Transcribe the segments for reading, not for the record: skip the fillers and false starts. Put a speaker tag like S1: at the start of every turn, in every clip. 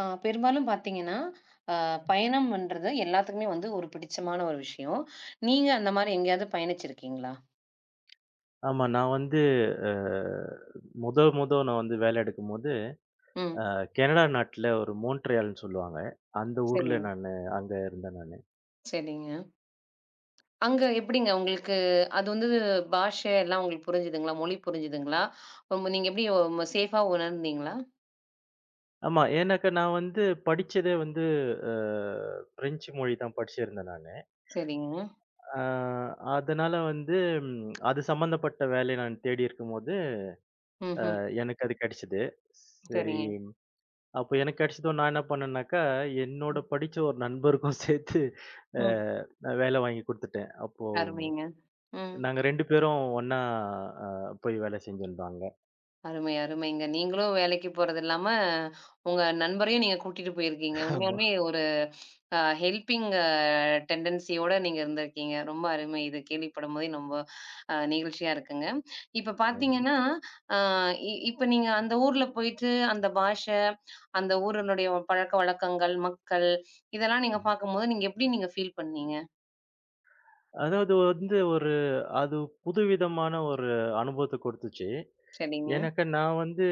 S1: பெரும்பாலும் பார்த்தீங்கன்னா, அ பயணம்ன்றது எல்லாத்துக்குமே வந்து ஒரு பிடிச்சமான ஒரு விஷயம். நீங்க அந்த மாரி எங்கேயாவது பயணிச்சிருக்கீங்களா?
S2: ஆமா. நான் வந்து அ முதல் நான் வந்து வேலை எடுக்கும்போது, அ
S1: ம்.
S2: கனடா நாட்டுல ஒரு மோன்ட்ரியால்ன்னு சொல்லுவாங்க. அந்த ஊர்ல
S1: சரிங்க,
S2: நானு அங்க இருந்தேன் நானு.
S1: சரிங்க. அங்க எப்படிங்க உங்களுக்கு அது வந்து பாஷை எல்லாம் உங்களுக்கு புரிஞ்சுதுங்களா? மொழி புரிஞ்சுதுங்களா? ரொம்ப நீங்க எப்படி சேஃபா உணர்ந்தீங்களா?
S2: ஆமா. ஏன்னாக்கா நான் வந்து படிச்சதே வந்து அ பிரெஞ்சு மொழி தான் படிச்சிருந்தேன் நானு.
S1: சரிங்க.
S2: அ அதனால வந்து அது சம்மந்தப்பட்ட வேலைய நான் தேடி இருக்கும்போது,
S1: ம்ஹ்ம்.
S2: எனக்கு அது கிடைச்சது. சரி,
S1: சரிங்க.
S2: அப்ப எனக்கு கிடைச்சதும் நான் என்ன பண்ணேன்னாக்கா, என்னோட
S1: ம்,
S2: படிச்ச ஒரு நண்பருக்கும் சேர்த்து அ
S1: ம்.
S2: நான் வேலை வாங்கி குடுத்துட்டேன். அப்போ
S1: அருமைங்க. ம்.
S2: நாங்க 2 பேரும் ஒண்ணா அ போய் வேலை செஞ்சிருந்தோம் அங்க.
S1: அருமை, அருமைங்க. நீங்களும் வேலைக்கு போறது இல்லாம, உங்க நண்பரையும் நீங்க கூட்டிட்டு போயிருக்கீங்க.
S2: ஆமா.
S1: உண்மையாலுமே ஒரு ஹெல்பிங் டெண்டன்சியோட நீங்க இருந்திருக்கீங்க. ரொம்ப அருமை. இது கேள்விப்படும்போதே ரொம்ப நெகிழ்ச்சியா இருக்குங்க. இப்ப
S2: நன்றி.
S1: பார்த்தீங்கன்னா, அ இப்ப நீங்க அந்த ஊர்ல போயிட்டு அந்த பாஷை, அந்த ஊரினுடைய பழக்கவழக்கங்கள், மக்கள் இதெல்லாம் நீங்க
S2: ம்.
S1: பார்க்கும்போது, நீங்க எப்படி நீங்க ஃபீல் பண்ணீங்க?
S2: அதாவது வந்து ஒரு அது புதுவிதமான ஒரு அனுபவத்த குடுத்துச்சு.
S1: சரிங்க.
S2: எனக்கு நான் வந்து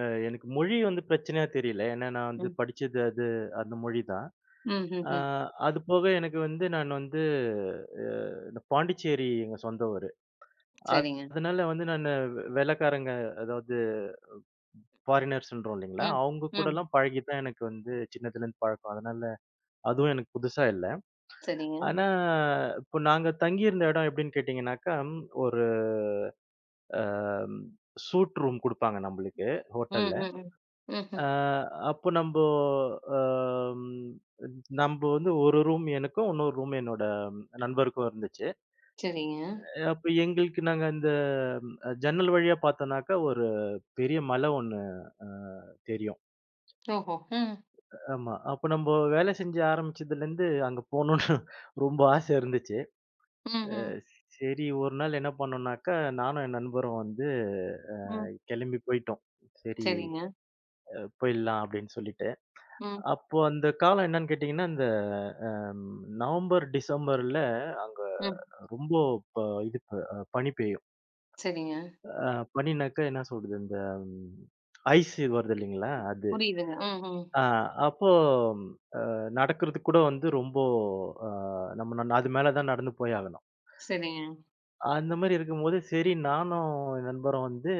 S2: எனக்கு மொழி வந்து பிரச்சனையா தெரியல. ஏன்னா நான் வந்து
S1: ம்.
S2: படிச்சது அது அந்த மொழி தான். அ
S1: ம்ஹ்ஹ்ம்.
S2: அது போக எனக்கு வந்து நான் வந்து அ இந்த பாண்டிச்சேரி எங்க சொந்த ஊரு.
S1: சரிங்க.
S2: அதனால வந்து நானு வெள்ளைக்காரங்க அதாவது ஃபாரினர்ஸ்ன்றோம் இல்லைங்களா?
S1: ம்.
S2: அவங்க
S1: ம்.
S2: கூடலாம் பழகி தான் எனக்கு வந்து சின்னதுலேருந்து பழக்கம். அதனால அதுவும் எனக்கு புதுசா இல்ல.
S1: சரிங்க.
S2: ஆனா, இப்போ நாங்க தங்கியிருந்த இடம் எப்படின்னு கேட்டீங்கன்னாக்கா, ஒரு அ சூட் ரூம் குடுப்பாங்க நம்பளுக்கு
S1: ம்.
S2: ஹோட்டல்ல.
S1: ம். ம்.
S2: அ
S1: ம்ஹ்ம்.
S2: அப்போ நம்போ அம் நம்ப வந்து ஒரு ரூம் எனக்கும், இன்னொரு ரூம் என்னோட நண்பருக்கும் இருந்துச்சு.
S1: சரிங்க.
S2: அப்போ எங்களுக்கு நாங்க அந்த ம், ஜன்னல் வழியா பார்த்தோம்னாக்கா, ஒரு பெரிய மலை ஒண்ணு அ தெரியும்.
S1: ஓஹோ! ம்.
S2: ஆமா. அப்போ நம்ப வேலை செஞ்சு ஆரம்பிச்சதுலேருந்து அங்க போணும்னு ரொம்ப ஆசை இருந்துச்சு.
S1: ம்ஹ்ம். ம்.
S2: சரி ஒரு நாள் என்ன பண்ணோம்னாக்கா, நானும் என் நண்பரும் வந்து
S1: ம்.
S2: கெளம்பி போயிட்டோம். சரி
S1: சரிங்க.
S2: போயிடலாம் அப்படின்னு சொல்லிட்டு.
S1: ம்.
S2: அப்போ அந்த காலம் என்னன்னு கேட்டீங்கன்னா, இந்த அம் நவம்பர், டிசம்பர்ல அங்க
S1: ம்.
S2: ரொம்ப ப இது ப பனி பெய்யும்.
S1: சரிங்க.
S2: அ பனினாக்கா என்ன சொல்றது? இந்த ஐஸ் வருது இல்லைங்களா? அது.
S1: புரியுதுங்க. ம், ம்.
S2: ஆ அப்போ நடக்கிறதுக்கு கூட வந்து ரொம்ப அ நம்ம அது மேல தான் நடந்து போய் ஆகணும்.
S1: சரிங்க.
S2: அந்த மாரி இருக்கும்போது, சரி நானும் என் நண்பரும் வந்து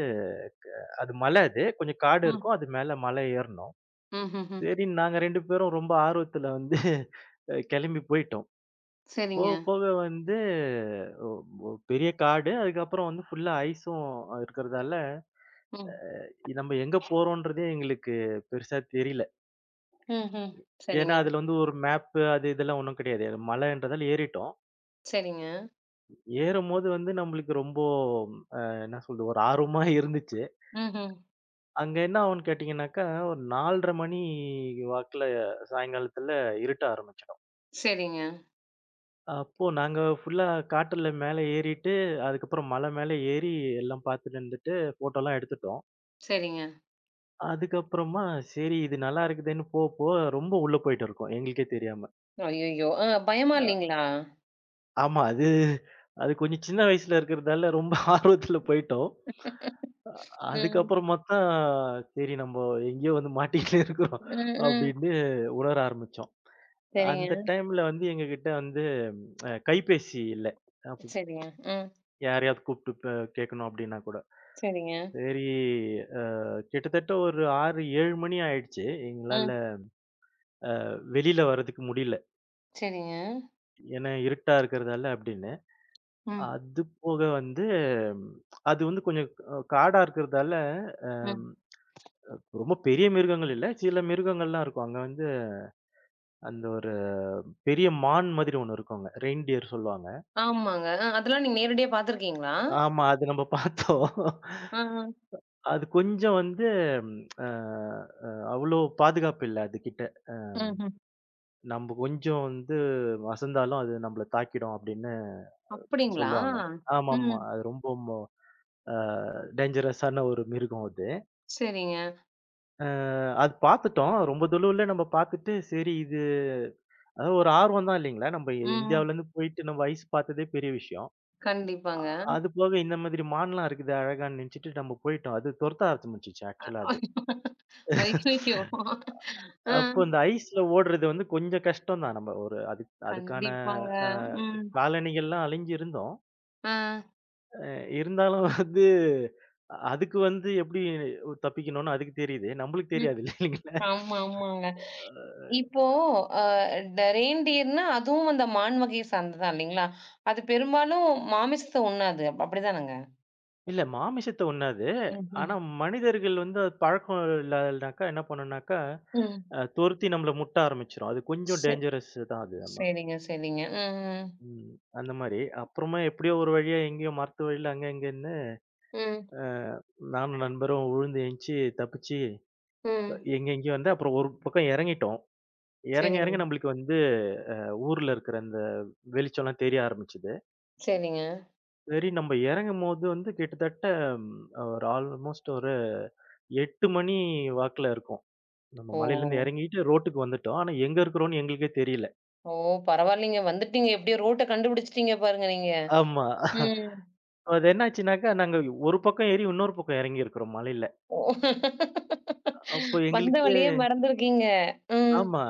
S2: அது மலை அது. கொஞ்சம் காடு
S1: ம்.
S2: இருக்கும். அது மேல மலை ஏறணும்.
S1: ம்ஹ்ஹ்ம்.
S2: சரின்னு நாங்க 2 பேரும் ரொம்ப ஆர்வத்துல வந்து கெளம்பி போயிட்டோம். போக
S1: சரிங்க.
S2: போக வந்து ஒ ஒ பெரிய காடு. அதுக்கப்புறம் வந்து ஃபுல்லா ஐஸும் இருக்கிறதால,
S1: ம்.
S2: நம்ம எங்க போறோன்றதே எங்களுக்கு பெருசா தெரியல.
S1: ம்ஹ்ம்.
S2: ஏன்னா,
S1: சரிங்க,
S2: அதுல வந்து ஒரு மேப்பு அது இதெல்லாம் ஒண்ணும் கிடையாது. அது மலைன்றதால ஏறிட்டோம்.
S1: சரிங்க.
S2: ஏறும்போது வந்து நம்மளுக்கு ரொம்ப என்ன சொல்றது ஒரு ஆர்வமா இருந்துச்சு.
S1: ம்ஹ்ம்.
S2: அங்க என்ன ஆகும்ன்னு கேட்டீங்கன்னாக்கா, ஒரு 4:30 மணி வாக்குல சாயங்காலத்துல இருட்ட ஆரம்பிச்சுடும்.
S1: சரிங்க,
S2: அப்போ நாங்க ஃபுல்லா காட்டுல மேல ஏறிட்டு, அதுக்கப்புறம் மலை மேல ஏறி எல்லாம் பார்த்துட்டு இருந்துட்டு, ஃபோட்டோலாம் எடுத்துட்டோம்.
S1: சரிங்க.
S2: அதுக்கப்புறமா சரி இது நல்லா இருக்குதேன்னு போக, போக ரொம்ப உள்ள போயிட்டு இருக்கோம். எங்களுக்கே தெரியாம.
S1: அய்யய்யோ! பயமா இல்லீங்களா?
S2: ஆமா. அது அது கொஞ்சம் சின்ன வயசுல இருக்கிறதால ரொம்ப ஆர்வத்துல போயிட்டோம்.
S1: ம்,
S2: அதுக்கப்புறமா தான் சரி நம்ம எங்கேயோ வந்து மாட்டிக்கிட்டு இருக்கிறோம்
S1: ம், ம்.
S2: அப்படின்னு உணர ஆரம்பிச்சோம்.
S1: சரிங்க,
S2: அந்த டைம்ல வந்து எங்ககிட்ட வந்து கைபேசி இல்ல. அப்ப
S1: சரிங்க. ம்.
S2: யாரையாவது கூப்பிட்டு கேட்கணும் அப்படின்னா கூட.
S1: சரிங்க.
S2: சரி, அ கிட்டத்தட்ட ஒரு 6, 7 மணி ஆயிடுச்சு. எங்களால
S1: ம்.
S2: வெளியில வர்றதுக்கு முடியல.
S1: சரிங்க.
S2: ஏன்னா இருட்டா இருக்கிறதால அப்படின்னு.
S1: ம்,
S2: அது போக வந்து ம், அது வந்து கொஞ்சம் காடா இருக்கிறதால,
S1: ம்.
S2: அம் ரொம்ப பெரிய மிருகங்கள் இல்ல. சில மிருகங்கள்லாம் இருக்கும். அங்க வந்து அந்த ஒரு பெரிய மான் மாதிரி ஒண்ணு இருக்குங்க. ரெயின்டியர் சொல்லுவாங்க.
S1: ஆமாங்க. அதெல்லாம் நீங்க நேரடியா பார்த்துருக்கீங்களா?
S2: ஆமா, அது நம்ம பார்த்தோம்.
S1: அ, அ.
S2: அது கொஞ்சம் வந்து அ அ அவ்ளோ பாதுகாப்பு இல்ல அதுகிட்ட.
S1: ம்ஹ்ம்.
S2: நம்ப கொஞ்சம் வந்து அசந்தாலும் அது நம்மள தாக்கிடும் அப்படின்னு
S1: அப்படிங்களா?
S2: சொல்லுவாங்க. ஆமாமா.
S1: ம்.
S2: அது ரொம்ப மோ அ டேஞ்சரஸான ஒரு மிருகம் அது.
S1: சரிங்க.
S2: அ அது பார்த்துட்டோம். ரொம்ப தொலுவுல நம்ம பார்த்துட்டு, சரி இது அதாவது ஒரு ஆர்வம் தான் இல்லைங்களா? நம்ம
S1: ம். ம்.
S2: இந்தியாவுலேருந்து போயிட்டு நம்ம ஐஸ் பார்த்ததே பெரிய விஷயம். அ
S1: கண்டிப்பாங்க.
S2: அது போக இந்த மாதிரி மான்லாம் இருக்குது அழகான்னு நினைச்சுட்டு நம்ம போயிட்டோம். அது துரத்த ஆரம்பிச்சுச்சு ஆக்சுவலா அது.
S1: அய்யய்யோ! ஆ
S2: அப்போ இந்த ஐஸ்ல ஓடுறது வந்து கொஞ்சம் கஷ்டம் தான். நம்ம ஒரு அதுக்கான
S1: கண்டிப்பாங்க.
S2: அ
S1: ம்.
S2: காலணிகள்லாம் அணிஞ்சிருந்தோம்.
S1: ஆ.
S2: அ இருந்தாலும் வந்து அதுக்கு வந்து எப்படி தப்பிக்கணும்னு அதுக்கு தெரியுது. நம்மளுக்கு
S1: ம்.
S2: தெரியாது இல்லைங்களா?
S1: ஆமா, ஆமாங்க.
S2: அ
S1: இப்போ அ ரெய்ன்டியர்ன்னா அதுவும் அந்த மான் வகையை சார்ந்தது தான் இல்லைங்களா? அது பெரும்பாலும் மாமிசத்த உண்ணாது. அப்படிதானங்க?
S2: இல்ல மாமிசத்த உண்ணாது.
S1: ம்ஹ்ம்.
S2: ஆனா மனிதர்கள் வந்து அது பழக்கம் இல்லாதனாக்கா என்ன பண்ணும்னாக்கா,
S1: ம்.
S2: துரத்தி நம்மள முட்ட ஆரம்பிச்சுரும். அது கொஞ்சம்
S1: செ
S2: டேஞ்சரஸ் தான் அது ஆமா.
S1: சரிங்க, சரிங்க. ம், ம்.
S2: ம். அந்த மாரி. அப்புறமா எப்படியோ ஒரு வழியா எங்கேயோ மரத்து வழியில அங்க இங்கன்னு
S1: ம்,
S2: அ நானும் நண்பரும் விழுந்து எந்திச்சு தப்பிச்சு
S1: ம்.
S2: எங்கெங்கேயோ வந்து அப்புறம் ஒரு பக்கம் இறங்கிட்டோம். இறங்க
S1: சரிங்க,
S2: இறங்க நம்மளுக்கு வந்து ஊர்ல இருக்கிற அந்த வெளிச்சம்லாம் தெரிய ஆரம்பிச்சது.
S1: சரிங்க.
S2: சரி நம்ம இறங்கும்போது வந்து கிட்டத்தட்ட ம், ஒரு ஆல்மோஸ்ட் ஒரு 8 மணி வாக்குல இருக்கும். நம்ம
S1: ஓ!
S2: மலையிலேருந்து இறங்கிட்டு ரோட்டுக்கு வந்துட்டோம். ஆனா எங்க இருக்கிறோம்னு எங்களுக்கே தெரியல.
S1: ஓ! பரவாயில்லைங்க. வந்துட்டீங்க. எப்படியோ ரூட்ட கண்டுபிடிச்சுட்டீங்க பாருங்க நீங்க.
S2: ஆமா.
S1: ம்.
S2: அது என்னாச்சுனாக்கா, நாங்க ஒரு பக்கம் ஏறி இன்னொரு பக்கம் இறங்கி இருக்கிறோம் மலையில.
S1: ஓ!
S2: அப்போ
S1: வந்த
S2: எங்களுக்கு
S1: வழியே மறந்துருக்கீங்க. ம்.
S2: ஆமா.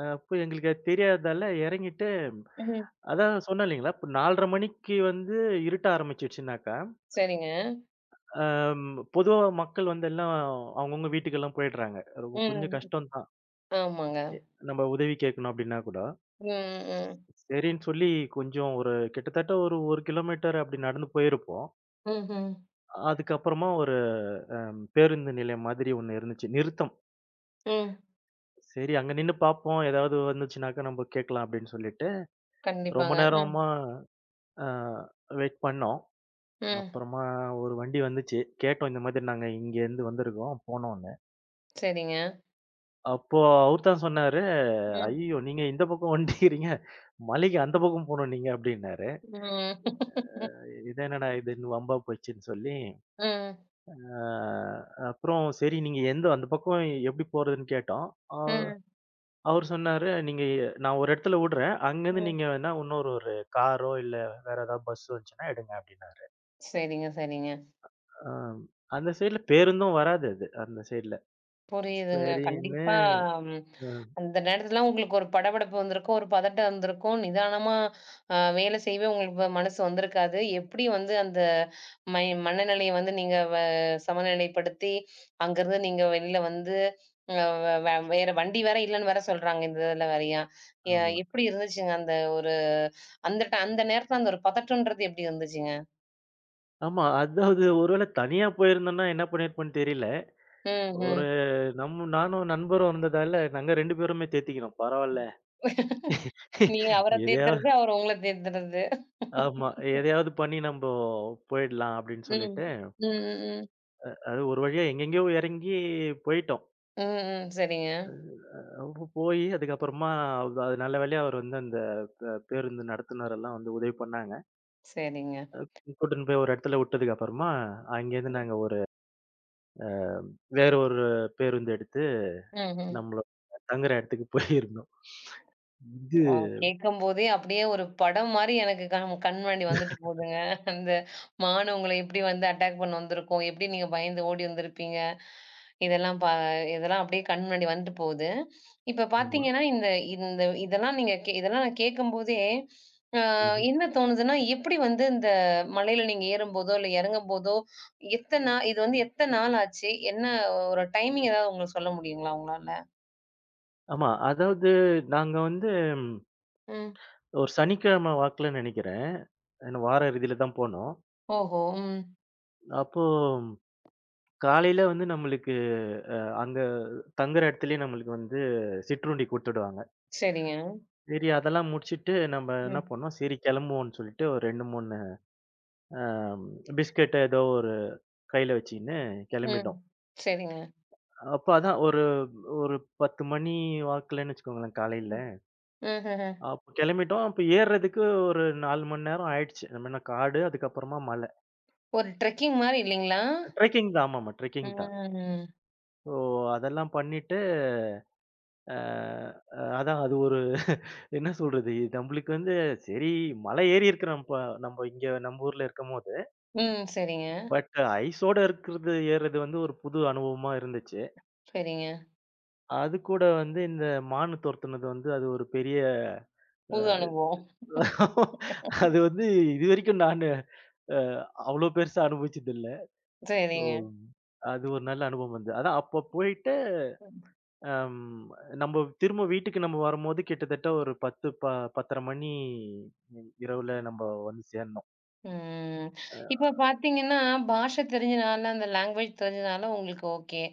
S2: அப்போ எங்களுக்கு அது தெரியாததால இறங்கிட்டு
S1: ம்.
S2: அதான் சொன்னேன் இல்லைங்களா, இப்போ 4:30 மணிக்கு வந்து இருட்ட ஆரம்பிச்சுடுச்சுனாக்கா,
S1: சரிங்க.
S2: பொதுவா மக்கள் வந்து எல்லாம் அவங்கவங்க வீட்டுக்கெல்லாம் போயிடுறாங்க. ரொம்ப கொஞ்சம்
S1: ம்.
S2: கஷ்டம் தான்.
S1: ஆமாங்க.
S2: எ நம்ம உதவி கேட்கணும் அப்படின்னா கூட,
S1: ம், ம்.
S2: சரின்னு சொல்லி கொஞ்சம் ஒரு கிட்டத்தட்ட ஒரு 1 கிலோமீட்டர் அப்படி நடந்து போயிருப்போம்.
S1: ம்ஹ்ம்.
S2: அதுக்கப்புறமா ஒரு பேருந்து நிலையம் மாதிரி ஒண்ணு இருந்துச்சு. நிறுத்தம்.
S1: ம்.
S2: சரி அங்க நின்னு பார்ப்போம். ஏதாவது வந்துச்சுனாக்கா நம்ம கேட்கலாம் அப்படின்னு சொல்லிட்டு, ரொம்ப
S1: கண்டிப்பாங்க. ம்.
S2: நேரமா அ வெயிட் பண்ணோம்.
S1: ம்.
S2: அப்புறமா ஒரு வண்டி வந்துச்சு. கேட்டோம் இந்த மாதிரி நாங்க இங்கேருந்து வந்திருக்கோம் போனோம்ன்னு.
S1: சரிங்க.
S2: அப்போ அவர் தான் சொன்னாரு,
S1: ம்.
S2: "ஐயய்யோ! நீங்க இந்த பக்கம் வந்துட்டீக்கிறீங்க. மலைக்கு அந்த பக்கம் போணும் நீங்க" அப்படின்னாரு.
S1: ம்.
S2: இது என்னடா இது வம்பா போச்சுன்னு சொல்லி,
S1: ம்.
S2: அ அப்புறம் சரி நீங்க எந்த அந்த பக்கம் எப்படி போறதுன்னு கேட்டோம். அ
S1: ம்.
S2: அவர் சொன்னாரு, "நீங்க நான் ஒரு இடத்துல விடுறேன். அங்கேருந்து
S1: ம்.
S2: நீங்க வேணா இன்னொரு ஒரு காரோ, இல்ல வேற ஏதாவது பஸ் வந்துச்சுன்னா எடுங்க" அப்படின்னாரு.
S1: சரிங்க, சரிங்க.
S2: அ அந்த சைடுல பேருந்தும் வராது அது அந்த சைடுல.
S1: புரியுதுங்க.
S2: சரின்னு
S1: கண்டிப்பா ம்.
S2: ம்
S1: அந்த நேரத்துல உங்களுக்கு ஒரு படபடப்பு வந்திருக்கும். ஒரு பதட்டம் இருந்திருக்கும். நிதானமா வேலை செய்யவே உங்களுக்கு மனசு வந்திருக்காது. எப்படி வந்து அந்த மனநிலைய வந்து நீங்க சமநிலைப்படுத்தி, அங்கருந்து நீங்க வெளில வந்து அ வ வ வேற வண்டி வேற இல்லன்னு வேற சொல்றாங்க இந்த இதுல வேறயா? எ
S2: ஆமா.
S1: எப்படி இருந்துச்சுங்க அந்த ஒரு அந்த அந்த நேரத்துல அந்த ஒரு பதட்டம்ன்றது எப்படி இருந்துச்சுங்க?
S2: ஆமா அதாவது ஒருவேளை தனியா போயிருந்தோம்னா என்ன பண்ணியிருப்போம்ன்னு தெரியல.
S1: ம்,
S2: ஒரு
S1: ம்.
S2: நம்ம நானும் நண்பரும் இருந்ததால நாங்க 2 பேருமே தேத்திக்கினோம். பரவால்ல
S1: நீங்க அவர
S2: எதையாவது
S1: தேத்துறது, அவர் உங்கள தேத்துறது.
S2: ஆமா. எதையாவது பண்ணி நம்போ போயிடலாம் அப்படின்னு
S1: ம்.
S2: சொல்லிட்டு,
S1: ம், ம்.
S2: அது ஒரு வழியா எங்கெங்கேயோ எறங்கி போயிட்டோம்.
S1: ம், ம். சரிங்க,
S2: அப்ப போயி அதுக்கப்புறமா அது அது நல்ல வேளையா அவர் வந்து அந்த பேருந்து நடத்துனர் எல்லாம் வந்து உதவி பண்ணாங்க.
S1: சரிங்க.
S2: கூட்டின்னு போய் ஒரு இடத்துல விட்டதுக்கு அப்புறமா, அங்கேருந்து நாங்க ஒரு வேற ஒரு பேருந்து எடுத்து
S1: ம்ஹ்ம்.
S2: நம்மளோட தங்குற இடத்துக்கு போயிருந்தோம். இது
S1: ஓ! கேட்கும்போதே அப்படியே ஒரு படம் மாரி எனக்கு கண் கண் முன்னாடி வந்துட்டு போகுதுங்க. அந்த மான் உங்கள எப்படி வந்து அட்டாக் பண்ண வந்திருக்கும்? எப்படி நீங்க பயந்து ஓடி வந்திருப்பீங்க? இதெல்லாம் பா இதெல்லாம் அப்படியே கண் முன்னாடி வந்துட்டு போகுது. இப்ப
S2: ஆமா.
S1: பார்த்தீங்கன்னா, இந்த இந்த இதெல்லாம் நீங்க கே இதெல்லாம் நான் கேட்கும்போதே, அ
S2: ம்ஹ்ம்.
S1: என்ன தோணுதுன்னா, எப்படி வந்து இந்த மலையில நீங்க ஏறும்போதோ, இல்ல இறங்கும்போதோ, எத்தன நா இது வந்து எத்தன நாள் ஆச்சு? என்ன ஒரு டைமிங் ஏதாவது உங்களுக்கு சொல்ல முடியுங்களா உங்களால?
S2: ஆமா. அதாவது நாங்க வந்து ஒரு சனிக்கிழமை வாக்குல நெனைக்கிறேன். ஏன்னா வார இறுதியில தான் போனோம்.
S1: ஓஹோ! ம்.
S2: அப்போ காலையில வந்து நம்மளுக்கு அங்க தங்குற இடத்துலயே நம்மளுக்கு வந்து சிற்றுண்டி குடுத்துடுவாங்க.
S1: சரிங்க.
S2: சரி அதெல்லாம் முடிச்சுட்டு நம்ம என்ன
S1: ம்.
S2: பண்ணோம், சரி கிளம்புவோம்ன்னு சொல்லிட்டு ஒரு 2, 3 அ பிஸ்கட் ஏதோ ஒரு கையில வச்சுக்கின்னு
S1: ம்.
S2: கிளம்பிட்டோம்.
S1: சரிங்க.
S2: அப்ப அதான் ஒரு ஒரு 10 மணி வாக்குலன்னு வச்சுக்கோங்களேன் காலையில.
S1: ம். ம்ஹ்ம்.
S2: அப்ப கிளம்பிட்டோம். அப்ப ஏறுறதுக்கு ஒரு 4 மணி நேரம் ஆயிடுச்சு. நம்ம என்ன காடு அதுக்கப்புறமா மலை.
S1: ஒரு ட்ரெக்கிங் மாரி இல்லைங்களா?
S2: ட்ரெக்கிங் தான் ஆமாமா ட்ரெக்கிங் தான்.
S1: ம்.
S2: ஸோ அதெல்லாம் பண்ணிட்டு அ அதான் அது ஒரு என்ன சொல்றது? இது நம்மளுக்கு வந்து சரி மலை ஏறி இருக்கிறோம் இப்ப நம்ம இங்க நம்ம ஊர்ல இருக்கும்போது.
S1: ம். சரிங்க,
S2: பட் ஐஸோட இருக்கிறது ஏறுறது வந்து ஒரு புது அனுபவமா இருந்துச்சு.
S1: சரிங்க.
S2: அது கூட வந்து இந்த மான் துரத்துனது வந்து அது ஒரு பெரிய
S1: புது அனுபவம்.
S2: அது வந்து இதுவரைக்கும் நானு அ அவ்ளோ பெருசா அனுபவிச்சது இல்ல. ஸோ
S1: சரிங்க.
S2: அது ஒரு நல்ல அனுபவம் வந்து. அதான் அப்ப போயிட்டு
S1: ம்.
S2: அம் நம்ப திரும்ப வீட்டுக்கு நம்ம வரும்போது கிட்டத்தட்ட ஒரு 10 10:30 மணி இரவுல நம்ப வந்து சேர்ந்தோம்.
S1: ம். இப்ப பார்த்தீங்கன்னா, பாஷை தெரிஞ்சனால, அந்த லாங்குவேஜ் தெரிஞ்சனால உங்களுக்கு ஓகே.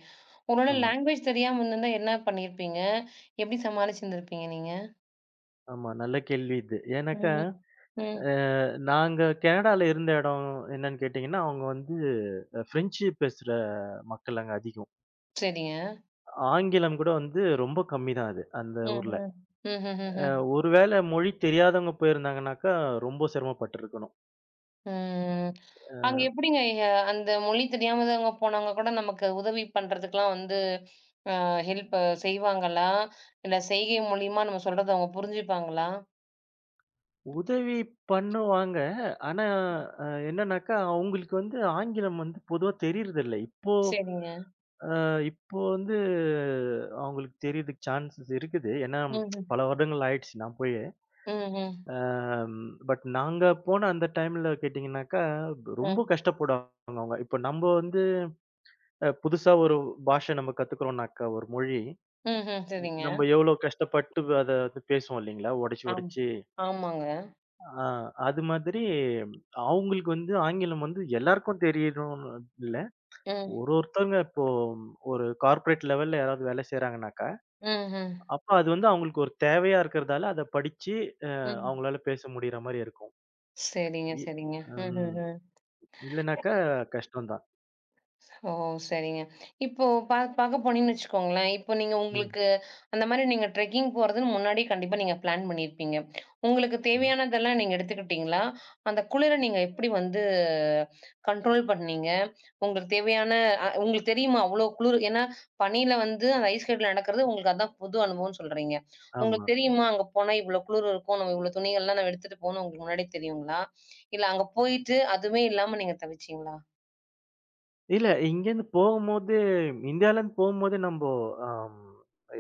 S1: ஒருவேள
S2: ஆமா,
S1: லாங்குவேஜ் தெரியாம இருந்திருந்தா என்ன பண்ணியிருப்பீங்க? எப்படி சமாளிச்சிருந்திருப்பீங்க நீங்க?
S2: ஆமா. நல்ல கேள்வி இது. ஏன்னாக்கா,
S1: ம். ம்.
S2: அ நாங்க கனடால இருந்த இடம் என்னன்னு கேட்டீங்கன்னா, அவங்க வந்து ஃப்ரெஞ்சு பேசுற மக்கள் அங்க அதிகம்.
S1: சரிங்க.
S2: ஆங்கிலம் கூட வந்து ரொம்ப கம்மி தான் அது, அந்த
S1: ம்.
S2: ஊர்ல.
S1: ம். ம்ஹ்ஹ்ம்.
S2: ஒருவேள மொழி தெரியாதவங்க போயிருந்தாங்கனாக்கா, ரொம்ப சிரமப்பட்டுருக்கணும்.
S1: ம். அங்க எப்படிங்க அந்த மொழி தெரியாமதவங்க போனவங்க கூட நமக்கு உதவி பண்றதுக்குலாம் வந்து அ ஹெல்ப் செய்வாங்களா? இல்ல செய்கை மூலியமா நம்ம சொல்றத அவங்க புரிஞ்சுப்பாங்களா?
S2: உதவி பண்ணுவாங்க. ஆனா, அ என்னன்னாக்கா, அவுங்களுக்கு வந்து ஆங்கிலம் வந்து பொதுவா தெரியறதில்ல. இப்போ
S1: சரிங்க.
S2: அ இப்போ வந்து அவுங்களுக்கு தெரியறதுக்கு சான்சஸ் இருக்குது. ஏன்னா,
S1: ம்ஹ்ம்.
S2: பல வருடங்கள் ஆயிடுச்சு நான் போய்.
S1: ம்ஹ்ம்.
S2: அம் பட் நாங்க போன அந்த டைம்ல கேட்டீங்கன்னாக்கா, ரொம்ப
S1: ம்.
S2: கஷ்டப்படுவாங்க அவுங்க. இப்போ நம்ப வந்து புதுசா ஒரு பாஷை நம்ம கத்துக்கிறோம்னாக்கா, ஒரு மொழி,
S1: ம்ஹ்ம். சரிங்க.
S2: நம்ப எவ்வளோ கஷ்டப்பட்டு அத வந்து பேசுவோம் இல்லீங்களா? உடைச்சு,
S1: ஆம்.
S2: உடைச்சு
S1: ஆமாங்க.
S2: ஆ அது மாதிரி அவுங்களுக்கு வந்து ஆங்கிலம் வந்து எல்லாருக்கும் தெரியணும்னு இல்ல.
S1: ம்.
S2: ஒரு ஒருத்தவங்க இப்போ ஒரு கார்ப்பரேட் லெவல்ல யாராவது வேலை செய்றாங்கனாக்கா,
S1: ம்ஹ்ம்.
S2: அப்ப அது வந்து அவுங்களுக்கு ஒரு தேவையா இருக்கிறதால அத படிச்சு
S1: ம்.
S2: அவுங்களால பேச முடியிற மாரி இருக்கும்.
S1: சரிங்க,
S2: இ
S1: சரிங்க.
S2: ம்.
S1: ம்ஹ்ஹ்ம்.
S2: இல்லனாக்கா கஷ்டம் தான்.
S1: ஓ! சரிங்க. இப்போ பாக்க போனீங்கன்னு வச்சுக்கோங்களேன், இப்போ நீங்க
S2: ம்.
S1: உங்களுக்கு அந்த மாரி நீங்க ட்ரெக்கிங் போறதுன்னு முன்னாடியே கண்டிப்பா நீங்க பிளான் பண்ணியிருப்பீங்க. உங்களுக்கு
S2: அ
S1: தேவையானதெல்லாம் நீங்க எடுத்துக்கிட்டீங்களா? அந்த குளிர நீங்க எப்படி வந்து கண்ட்ரோல் பண்ணீங்க? உங்களுக்கு தேவையான உங்களுக்கு தெரியுமா அவ்ளோ குளிர்? ஏன்னா பனியில வந்து அந்த ஐஸ் கட்டில நடக்கிறது உங்களுக்கு அதான் புது அனுபவம்னு சொல்றீங்க.
S2: ஆமா.
S1: உங்களுக்கு தெரியுமா அங்க போனா இவ்ளோ குளிர் இருக்கும், நம்ம இவ்ளோ துணிகள்லாம் நம்ம எடுத்துட்டு போணும்னு உங்களுக்கு முன்னாடியே தெரியுங்களா? இல்ல அங்க போயிட்டு அதுவுமே இல்லாம நீங்க தவிச்சீங்களா?
S2: இல்ல இங்கேருந்து போகும்போது இந்தியாலருந்து போகும்போது நம்போ அம்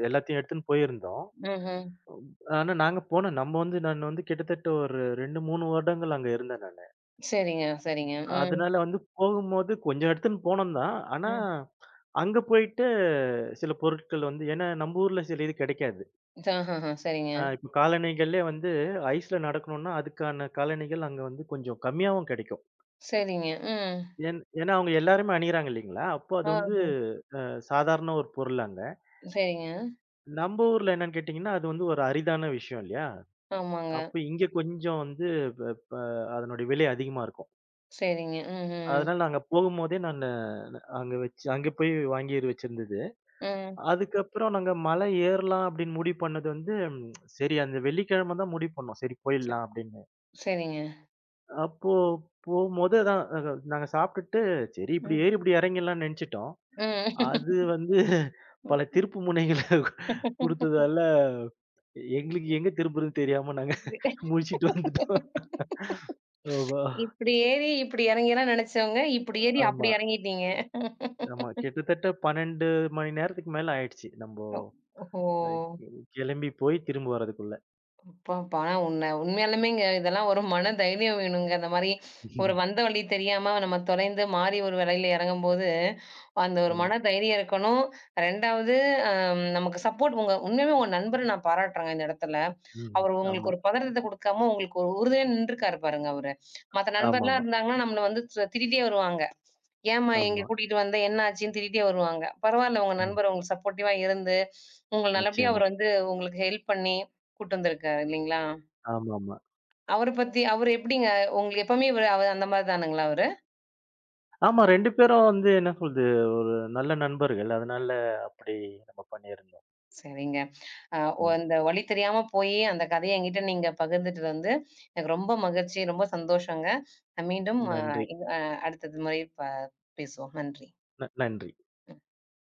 S2: எல்லாத்தையும் எடுத்துன்னு போயிருந்தோம்.
S1: ம்ஹ்ம்.
S2: ஆனா நாங்க போன நம்ம வந்து நான் வந்து கிட்டத்தட்ட ஒரு 2, 3 வருடங்கள் அங்க இருந்தேன் நானு.
S1: சரிங்க, சரிங்க. ம்.
S2: அதனால வந்து போகும்போது கொஞ்சம் எடுத்துன்னு போனோம் தான். ஆனா,
S1: ம்.
S2: அங்க போயிட்டு சில பொருட்கள் வந்து ஏன்னா நம்ம ஊர்ல சில இது கிடைக்காது.
S1: ஆஹஹ. சரிங்க,
S2: இப்ப காலணிகளே வந்து ஐஸ்ல நடக்கணும்னா, அதுக்கான காலணிகள் அங்க வந்து கொஞ்சம் கம்மியாவும் கிடைக்கும்.
S1: சரிங்க. ம்.
S2: ஏன்னா அவங்க எல்லாருமே அணியிறாங்க இல்லைங்களா? அப்போ அது வந்து
S1: ஆஹ.
S2: சாதாரண ஒரு பொருள் அங்க.
S1: சரிங்க.
S2: நம்ம ஊர்ல என்னன்னு கேட்டீங்கன்னா, அது வந்து ஒரு அரிதான விஷயம் இல்லையா?
S1: ஆமாங்க.
S2: அப்ப இங்க கொஞ்சம் வந்து ப ப அதனுடைய விலை அதிகமா இருக்கும்.
S1: சரிங்க. ம்ஹ்ம்.
S2: அதனால நாங்க போகும்போதே நானு அங்க வச்சு அங்க போய் வாங்கி வச்சிருந்தது.
S1: ம்.
S2: அதுக்கப்புறம் நாங்க மலை ஏறலாம் அப்படின்னு முடிவு பண்ணது வந்து, சரி அந்த வெள்ளிக்கிழமை தான் முடிவு பண்ணோம். சரி
S1: ச
S2: போயிடலாம் அப்படின்னு.
S1: சரிங்க.
S2: அப்போ போம்போது அதான் நாங்க சாப்பிட்டுட்டு, சரி இப்படி
S1: ம்.
S2: ஏறி இப்படி இறங்கிடலாம்னு நெனச்சுட்டோம்.
S1: ம்.
S2: அது வந்து பல திருப்பு முனைகள குடுத்ததால, எங்களுக்கு எங்க திரும்புறதுன்னு தெரியாம நாங்க முழிச்சுட்டு வந்துட்டோம். ஆமா,
S1: இப்டி ஏறி, இப்டி இறங்கிலாம் நெனச்சவங்க, இப்டி ஏறி அப்டி
S2: ஆமா,
S1: இறங்கிட்டீங்க.
S2: ஆமா. கிட்டத்தட்ட 12 மணி நேரத்துக்கு மேல ஆயிடுச்சு. நம்ப
S1: ஓ ஓஹோ!
S2: கிளம்பி போய் திரும்ப வர்றதுக்குள்ள.
S1: அப்பப்பா! ஆனா உண்மையாலுமேங்க இதெல்லாம் ஒரு மன தைரியம் வேணுங்க. அந்த மாரி ஒரு வந்த வழி தெரியாம நம்ம தொலைந்து மாறி ஒரு வேலையில இறங்கும்போது, அந்த ஒரு
S2: ஆமா,
S1: மன தைரியம் இருக்கணும். 2வது நமக்கு சப்போர்ட் உங்க உண்மையாவே உங்க நண்பர நான் பாராட்டுறேங்க இந்த இடத்துல.
S2: ம்,
S1: அவரு
S2: ஆமா.
S1: உங்களுக்கு ஒரு பதட்டத்த குடுக்காம உங்களுக்கு ஒரு உறுதுணையா நின்றுக்காரு பாருங்க அவரு. மத்த நண்பர்லாம்
S2: ஆமாமா,
S1: இருந்தாங்கன்னா நம்மள வந்து திருடிட்டே வருவாங்க. ஏம்மா எங்க
S2: ஆமா.
S1: கூட்டிட்டு வந்த? என்ன ஆச்சுன்னு திட்டிட்டே வருவாங்க. பரவால்ல உங்க
S2: ம்.
S1: நண்பர் உங்களுக்கு சப்போர்ட்டிவா இருந்து, உங்கள நல்லபடியா
S2: நிச்சயமா.
S1: அவர் வந்து உங்களுக்கு ஹெல்ப் பண்ணி கூட்டு வந்திருக்காரு இல்லைங்களா?
S2: ஆமாமா.
S1: அவர பத்தி அவரு எப்படிங்க? உங்களுக்கு எப்பவுமே இவரு அந்த மாரி தானுங்களா அவரு?
S2: ஆமா 2 பேரும் வந்து என்ன சொல்றது, ஒரு நல்ல நண்பர்கள். அதனால அப்படி நம்ம பண்ணியிருந்தோம்.
S1: சரிங்க. அ ஒ
S2: ம்.
S1: அந்த வழி தெரியாம போயி அந்த கதைய என்கிட்ட நீங்க பகிர்ந்துட்டு வந்து, எனக்கு ரொம்ப மகிழ்ச்சி, ரொம்ப சந்தோஷங்க. அ மீண்டும் அ
S2: நன்றி.
S1: இன் அ அடுத்தது முறை பேசுவோம். நன்றி.
S2: நன்றி.